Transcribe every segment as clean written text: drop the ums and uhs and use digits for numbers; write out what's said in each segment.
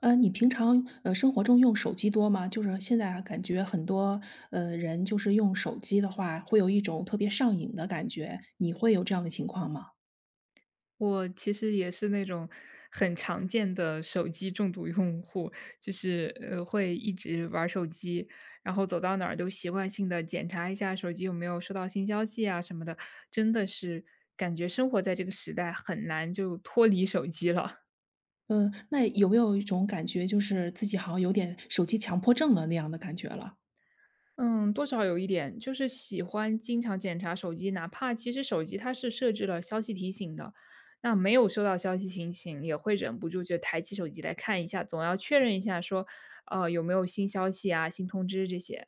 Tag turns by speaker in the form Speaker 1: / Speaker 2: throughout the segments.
Speaker 1: 你平常生活中用手机多吗？就是现在啊感觉很多人就是用手机的话，会有一种特别上瘾的感觉。你会有这样的情况吗？
Speaker 2: 我其实也是那种很常见的手机中毒用户，就是会一直玩儿手机，然后走到哪儿都习惯性的检查一下手机有没有收到新消息啊什么的，真的是感觉生活在这个时代很难就脱离手机了。
Speaker 1: 嗯、那有没有一种感觉，就是自己好像有点手机强迫症了那样的感觉了？
Speaker 2: 嗯，多少有一点，就是喜欢经常检查手机，哪怕其实手机它是设置了消息提醒的，那没有收到消息提醒，也会忍不住就抬起手机来看一下，总要确认一下说，有没有新消息啊、新通知这些。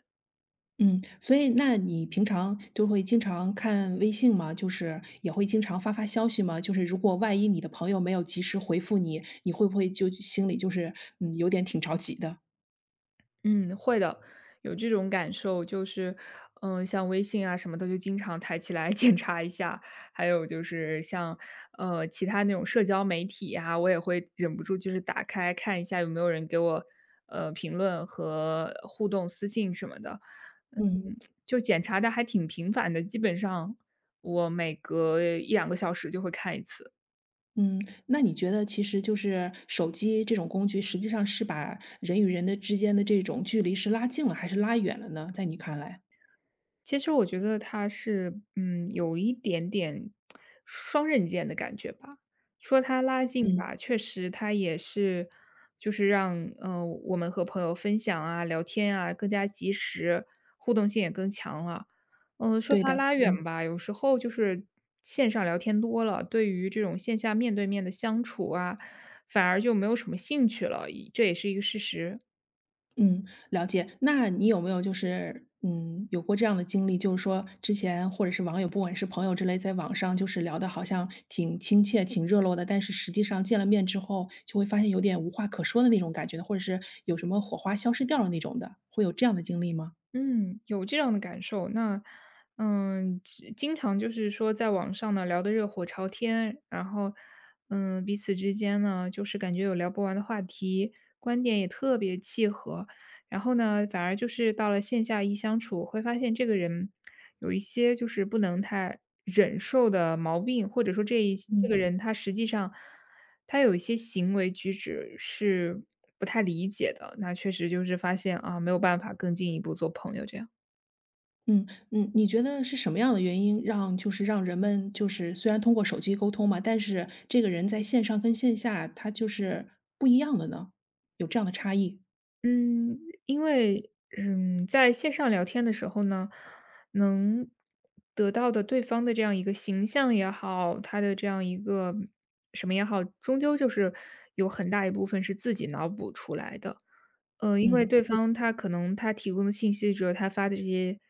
Speaker 1: 嗯，所以那你平常就会经常看微信吗？就是也会经常发发消息吗？就是如果万一你的朋友没有及时回复你，你会不会就心里就是有点挺着急的？
Speaker 2: 嗯，会的，有这种感受，就是，像微信啊什么的，就经常抬起来 检查一下，还有就是像其他那种社交媒体啊，我也会忍不住就是打开看一下有没有人给我评论和互动私信什么的，嗯，
Speaker 1: 嗯。
Speaker 2: 就检查的还挺频繁的，基本上我每隔一两个小时就会看一次。
Speaker 1: 嗯，那你觉得其实就是手机这种工具，实际上是把人与人的之间的这种距离是拉近了还是拉远了呢？在你看来？
Speaker 2: 其实我觉得他是，嗯，有一点点双刃剑的感觉吧。说他拉近
Speaker 1: 嗯，
Speaker 2: 吧，确实他也是，就是让我们和朋友分享啊、聊天啊更加及时，互动性也更强了。说
Speaker 1: 对
Speaker 2: 他
Speaker 1: 的，
Speaker 2: 拉远
Speaker 1: 嗯。
Speaker 2: 吧，有时候就是线上聊天多了，对于这种线下面对面的相处啊，反而就没有什么兴趣了，这也是一个事实。
Speaker 1: 嗯，了解。那你有没有就是，有过这样的经历，就是说之前或者是网友，不管是朋友之类，在网上就是聊的好像挺亲切、挺热络的，但是实际上见了面之后，就会发现有点无话可说的那种感觉呢？或者是有什么火花消失掉了那种的，会有这样的经历吗？
Speaker 2: 嗯，有这样的感受。那，只经常就是说在网上呢聊得热火朝天，然后，嗯，彼此之间呢就是感觉有聊不完的话题，观点也特别契合。然后呢，反而就是到了线下一相处，会发现这个人有一些就是不能太忍受的毛病，或者说这个
Speaker 1: 嗯。
Speaker 2: 人他实际上。他有一些行为举止是不太理解的，那确实就是发现啊，没有办法更进一步做朋友这样。
Speaker 1: 嗯嗯，你觉得是什么样的原因让就是让人们就是虽然通过手机沟通嘛，但是这个人在线上跟线下他就是不一样的呢？有这样的差异？
Speaker 2: 嗯，因为，嗯，在线上聊天的时候呢，能得到的对方的这样一个形象也好，他的这样一个什么也好，终究就是有很大一部分是自己脑补出来的。因为
Speaker 1: 嗯
Speaker 2: 对方他可能他提供的信息只有他发的这些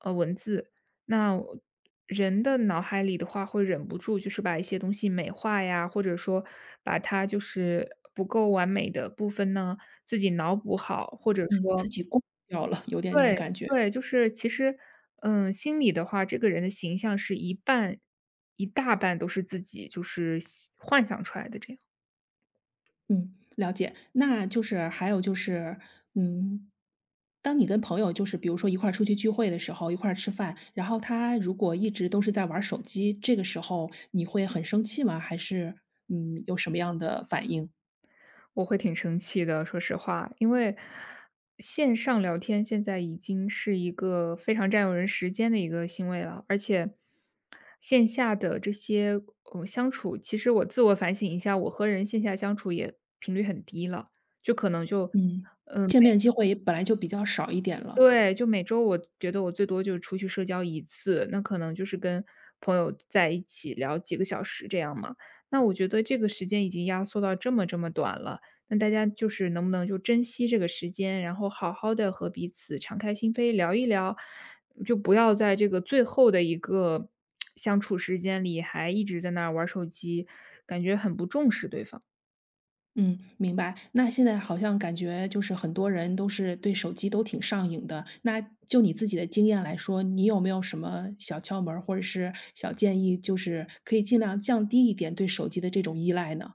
Speaker 2: 文字，那我人的脑海里的话会忍不住就是把一些东西美化呀，或者说把它就是不够完美的部分呢。自己脑补好，或者
Speaker 1: 嗯，自
Speaker 2: 说
Speaker 1: 己过掉了，有点那种
Speaker 2: 对，
Speaker 1: 感觉。
Speaker 2: 对，就是其实，嗯，心里的话，这个人的形象是一半一大半都是自己就是想幻想出来的这样，
Speaker 1: 嗯，了解。那就是还有就是，嗯，当你跟朋友就是比如说一块儿出去聚会的时候，一块儿吃饭，然后他如果一直都是在玩手机，这个时候你会很生气吗？还是有什么样的反应？
Speaker 2: 我会挺生气的，说实话。因为线上聊天现在已经是一个非常占用人时间的一个行为了，而且线下的这些，相处，其实我自我反省一下，我和人线下相处也频率很低了，就可能就
Speaker 1: 嗯，
Speaker 2: 嗯。
Speaker 1: 见面的机会也本来就比较少一点了。
Speaker 2: 对，就每周我觉得我最多就是出去社交一次，那可能就是跟朋友在一起聊几个小时这样嘛。那我觉得这个时间已经压缩到这么这么短了，那大家就是能不能就珍惜这个时间，然后好好的和彼此敞开心扉聊一聊，就不要在这个最后的一个相处时间里还一直在那儿玩手机，感觉很不重视对方。
Speaker 1: 嗯，明白。那现在好像感觉就是很多人都是对手机都挺上瘾的。那就你自己的经验来说，你有没有什么小窍门儿或者是小建议，就是可以尽量降低一点对手机的这种依赖呢？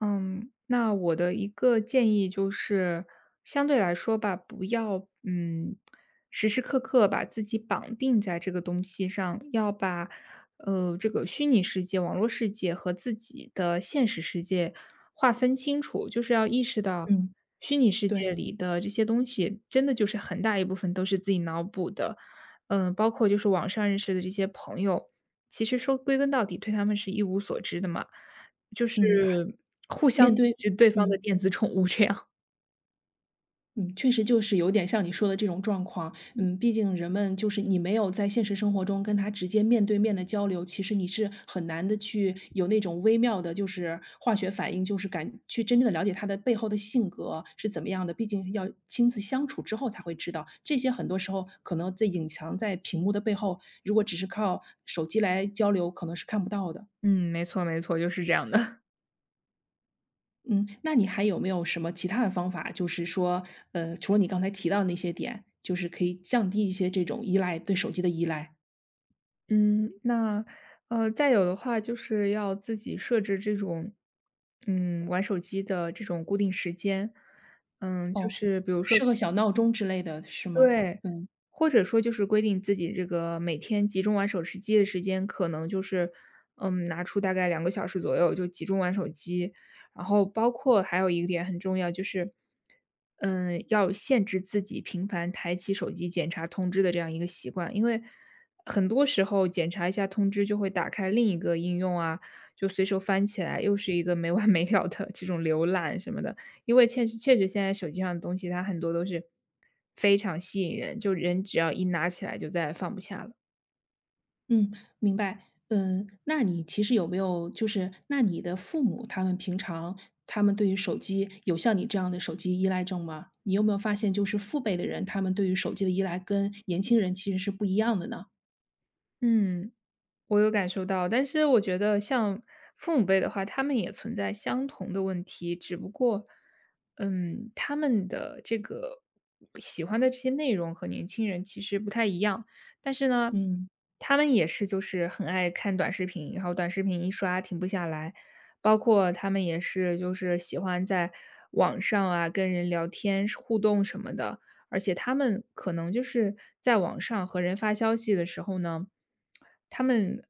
Speaker 2: 嗯，那我的一个建议就是，相对来说吧，不要时时刻刻把自己绑定在这个东西上，要把这个虚拟世界、网络世界和自己的现实世界划分清楚，就是要意识到
Speaker 1: 嗯，
Speaker 2: 虚拟世
Speaker 1: 对，
Speaker 2: 界里的这些东西，真的就是很大一部分都是自己脑补的，嗯，包括就是网上认识的这些朋友，其实说归根到底，对他们是一无所知的嘛。就是
Speaker 1: 嗯，
Speaker 2: 互相
Speaker 1: 面对，
Speaker 2: 是对方的
Speaker 1: 嗯。
Speaker 2: 电子宠物这样。
Speaker 1: 嗯，确实就是有点像你说的这种状况。嗯，毕竟人们就是你没有在现实生活中跟他直接面对面的交流，其实你是很难的去有那种微妙的，就是化学反应，就是感去真正的了解他的背后的性格是怎么样的。毕竟要亲自相处之后才会知道，这些很多时候可能在隐藏在屏幕的背后，如果只是靠手机来交流，可能是看不到的。
Speaker 2: 嗯，没错没错，就是这样的。
Speaker 1: 嗯，那你还有没有什么其他的方法，就是说，除了你刚才提到的那些点，就是可以降低一些这种依赖，对手机的依赖？
Speaker 2: 嗯，那，再有的话就是要自己设置这种，嗯，玩手机的这种固定时间。嗯，就
Speaker 1: 哦，
Speaker 2: 是比如说
Speaker 1: 设个小闹钟之类的是吗？
Speaker 2: 对，
Speaker 1: 嗯，
Speaker 2: 或者说就是规定自己这个每天集中玩手持机的时间，可能就是，嗯，拿出大概两个小时左右就集中玩手机。然后包括还有一个点很重要，就是，嗯，要限制自己频繁抬起手机检查通知的这样一个习惯。因为很多时候检查一下通知就会打开另一个应用啊，就随手翻起来，又是一个没完没了的这种浏览什么的。因为确实确实现在手机上的东西，它很多都是非常吸引人，就人只要一拿起来就再也放不下了。
Speaker 1: 嗯，明白。嗯，那你其实有没有就是那你的父母他们平常他们对于手机有像你这样的手机依赖症吗？你有没有发现就是父辈的人，他们对于手机的依赖跟年轻人其实是不一样的呢？
Speaker 2: 嗯。我有感受到，但是我觉得像父母辈的话，他们也存在相同的问题，只不过，嗯，他们的这个喜欢的这些内容和年轻人其实不太一样，但是呢，
Speaker 1: 嗯，
Speaker 2: 他们也是就是很爱看短视频，然后短视频一刷停不下来，包括他们也是就是喜欢在网上啊跟人聊天互动什么的，而且他们可能就是在网上和人发消息的时候呢，他们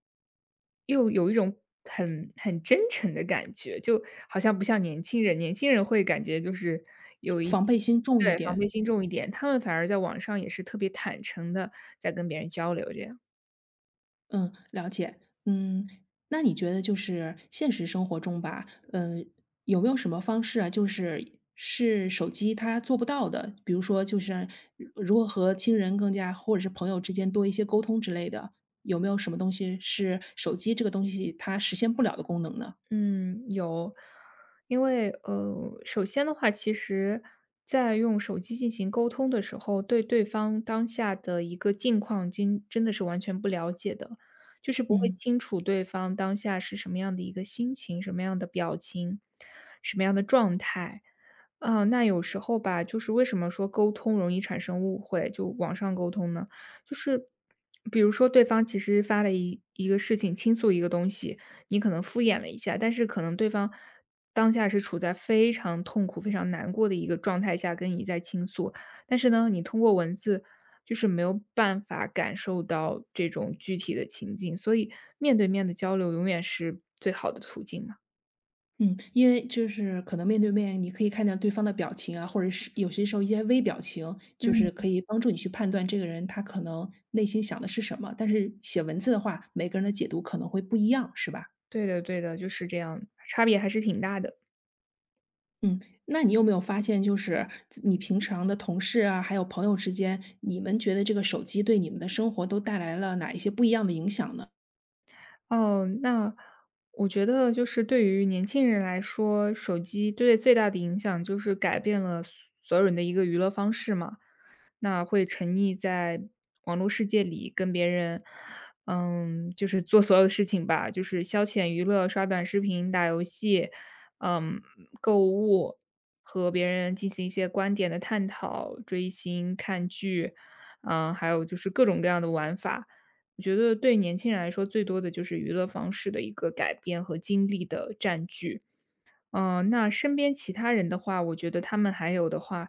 Speaker 2: 又有一种很真诚的感觉，就好像不像年轻人，年轻人会感觉就是有
Speaker 1: 防备心重一
Speaker 2: 对，防备
Speaker 1: 点。
Speaker 2: 心重一点，他们反而在网上也是特别坦诚的在跟别人交流这样。
Speaker 1: 嗯，了解。嗯，那你觉得就是现实生活中吧，嗯，有没有什么方式啊，就是是手机它做不到的？比如说，就是如何和亲人更加，或者是朋友之间多一些沟通之类的，有没有什么东西是手机这个东西它实现不了的功能呢？
Speaker 2: 嗯，有。因为，首先的话，其实在用手机进行沟通的时候，对对方当下的一个境况，今真的是完全不了解的，就是不会
Speaker 1: 嗯。
Speaker 2: 清楚对方当下是什么样的一个心情、什么样的表情、什么样的状态。啊，那有时候吧，就是为什么说沟通容易产生误会，就网上沟通呢？就是比如说对方其实发了一个事情，倾诉一个东西，你可能敷衍了一下，但是可能对方当下是处在非常痛苦、非常难过的一个状态下跟你在倾诉，但是呢，你通过文字就是没有办法感受到这种具体的情境，所以面对面的交流永远是最好的途径嘛。
Speaker 1: 嗯，因为就是可能面对面，你可以看见对方的表情啊，或者是有些时候一些微表情，就
Speaker 2: 嗯，
Speaker 1: 是可以帮助你去判断这个人他可能内心想的是什么。但是写文字的话，每个人的解读可能会不一样，是吧？
Speaker 2: 对的对的，就是这样，差别还是挺大的。
Speaker 1: 嗯，那你有没有发现，就是你平常的同事啊，还有朋友之间，你们觉得这个手机对你们的生活都带来了哪一些不一样的影响呢？
Speaker 2: 哦，那我觉得就是对于年轻人来说，手机对最大的影响就是改变了所有人的一个娱乐方式嘛。那会沉溺在网络世界里，跟别人，嗯，就是做所有事情吧，就是消遣娱乐、刷短视频、打游戏，嗯，购物，和别人进行一些观点的探讨、追星、看剧，嗯，还有就是各种各样的玩法。我觉得对年轻人来说，最多的就是娱乐方式的一个改变和精力的占据。嗯，那身边其他人的话，我觉得他们还有的话，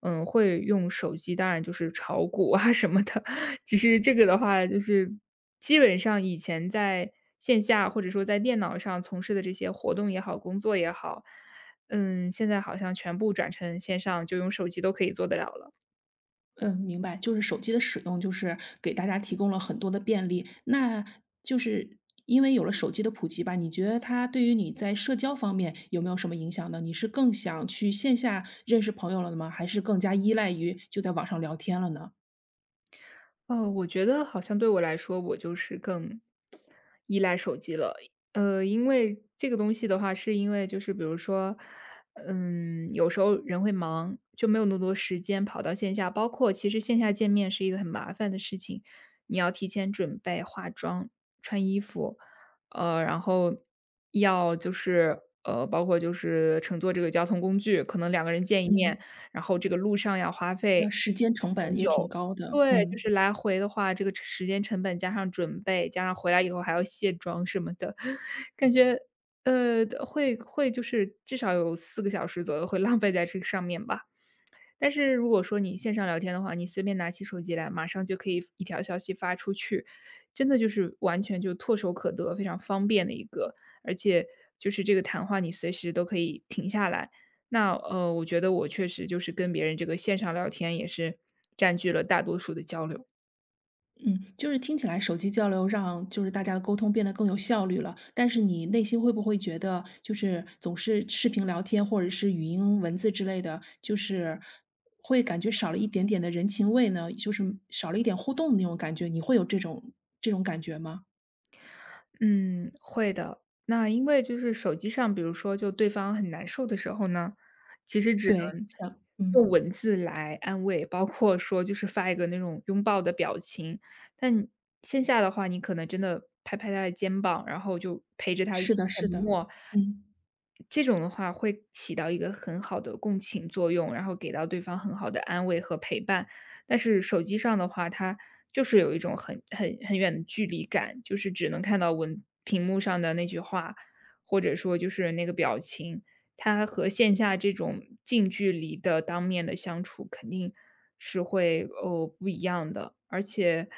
Speaker 2: 嗯，会用手机，当然就是炒股啊 什么的。其实这个的话，就是基本上以前在线下或者说在电脑上从事的这些活动也好，工作也好，嗯，现在好像全部转成线上，就用手机都可以做得了了。
Speaker 1: 嗯，明白，就是手机的使用，就是给大家提供了很多的便利。那就是因为有了手机的普及吧，你觉得它对于你在社交方面有没有什么影响呢？你是更想去线下认识朋友了吗？还是更加依赖于就在网上聊天了呢？
Speaker 2: 我觉得好像对我来说，我就是更依赖手机了。因为这个东西的话，是因为就是比如说，嗯，有时候人会忙，就没有那么多时间跑到线下。包括其实线下见面是一个很麻烦的事情，你要提前准备化妆、穿衣服，然后要就是包括就是乘坐这个交通工具，可能两个人见一面，
Speaker 1: 嗯，
Speaker 2: 然后这个路上要花费
Speaker 1: 那时间成
Speaker 2: 很
Speaker 1: 本也
Speaker 2: 久。
Speaker 1: 挺高的，
Speaker 2: 对，就
Speaker 1: 嗯。
Speaker 2: 是来回的话，这个时间成本加上准备，加上回来以后还要卸妆什么的，感觉，呃，会会就是至少有4个小时左右会浪费在这个上面吧。但是如果说你线上聊天的话，你随便拿起手机来，马上就可以一条消息发出去，真的就是完全就唾手可得，非常方便的一个，而且就是这个谈话你随时都可以停下来。我觉得我确实就是跟别人这个线上聊天也是占据了大多数的交流。
Speaker 1: 嗯，就是听起来手机交流让就是大家的沟通变得更有效率了，但是你内心会不会觉得，就是总是视频聊天或者是语音文字之类的，就是会感觉少了一点点的人情味呢？就是少了一点互动的那种感觉，你会有这种感觉吗？
Speaker 2: 嗯，会的。那因为就是手机上，比如说就对方很难受的时候呢，其实只
Speaker 1: 对，
Speaker 2: 能
Speaker 1: 像
Speaker 2: 用
Speaker 1: 嗯，
Speaker 2: 文字来安慰，包括说就是发一个那种拥抱的表情。但线下的话，你可能真的拍拍他的肩膀，然后就陪着他一
Speaker 1: 是
Speaker 2: 起
Speaker 1: 的，
Speaker 2: 沉
Speaker 1: 是的，
Speaker 2: 默，
Speaker 1: 嗯，
Speaker 2: 这种的话会起到一个很好的共情作用，然后给到对方很好的安慰和陪伴。但是手机上的话，它就是有一种很远的距离感，就是只能看到文屏幕上的那句话，或者说就是那个表情。它和线下这种近距离的当面的相处肯定是会，哦不一样的。而且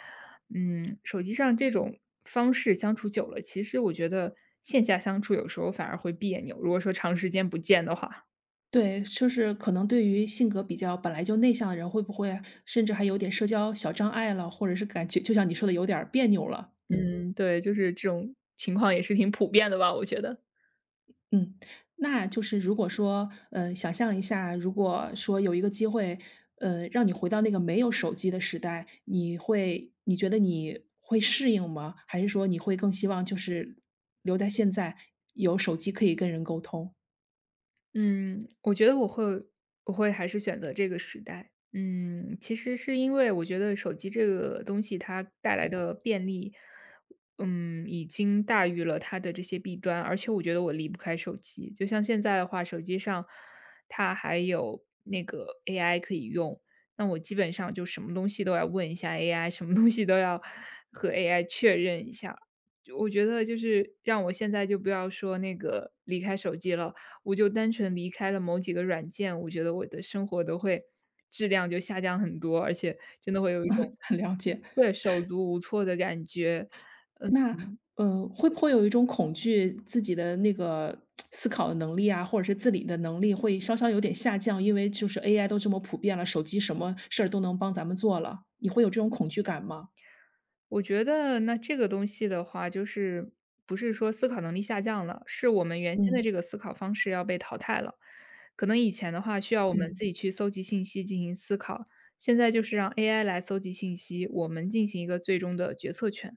Speaker 2: 嗯，手机上这种方式相处久了，其实我觉得线下相处有时候反而会别扭，如果说长时间不见的话。
Speaker 1: 对，就是可能对于性格比较本来就内向的人，会不会甚至还有点社交小障碍了，或者是感觉就像你说的有点儿别扭了？嗯。
Speaker 2: 嗯，对，就是这种情况也是挺普遍的吧，我觉得。
Speaker 1: 嗯，那就是如果说，想象一下，如果说有一个机会，让你回到那个没有手机的时代，你觉得你会适应吗？还是说你会更希望就是留在现在，有手机可以跟人沟通？
Speaker 2: 嗯，我觉得我会还是选择这个时代。嗯，其实是因为我觉得手机这个东西它带来的便利，嗯，已经大于了它的这些弊端，而且我觉得我离不开手机。就像现在的话，手机上它还有那个 AI 可以用，那我基本上就什么东西都要问一下 AI,什么东西都要和 AI 确认一下。我觉得就是让我现在就不要说那个离开手机了。我就单纯离开了某几个软件，我觉得我的生活都会质量就下降很多，而且真的会有一种
Speaker 1: 很了解。
Speaker 2: 对，手足无措的感觉。
Speaker 1: 那，会不会有一种恐惧，自己的那个思考的能力啊，或者是自理的能力会稍稍有点下降？因为就是 AI 都这么普遍了，手机什么事儿都能帮咱们做了，你会有这种恐惧感吗？
Speaker 2: 我觉得那这个东西的话，就是不是说思考能力下降了，是我们原先的
Speaker 1: 嗯
Speaker 2: 这个思考方式要被淘汰了。可能以前的话，需要我们
Speaker 1: 嗯
Speaker 2: 自己去搜集信息进行思考，现在就是让 AI 来搜集信息，我们进行一个最终的决策权。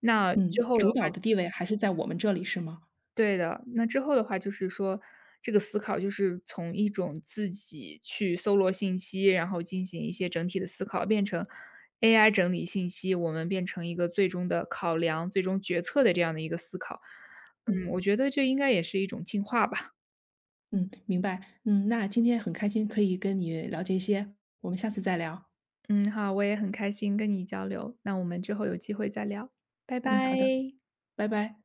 Speaker 2: 那之
Speaker 1: 嗯，
Speaker 2: 后的
Speaker 1: 主
Speaker 2: 话
Speaker 1: 导的地位还是在我们这里是吗？
Speaker 2: 对的，那之后的话就是说，这个思考就是从一种自己去搜罗信息，然后进行一些整体的思考，变成 AI 整理信息，我们变成一个最终的考量、最终决策的这样的一个思考。嗯，
Speaker 1: 嗯
Speaker 2: 我觉得这应该也是一种进化吧。
Speaker 1: 嗯，明白。嗯，那今天很开心可以跟你了解一些，我们下次再聊。
Speaker 2: 嗯，好，我也很开心跟你交流，那我们之后有机会再聊，拜
Speaker 1: 嗯，
Speaker 2: 拜。
Speaker 1: 好的，拜拜。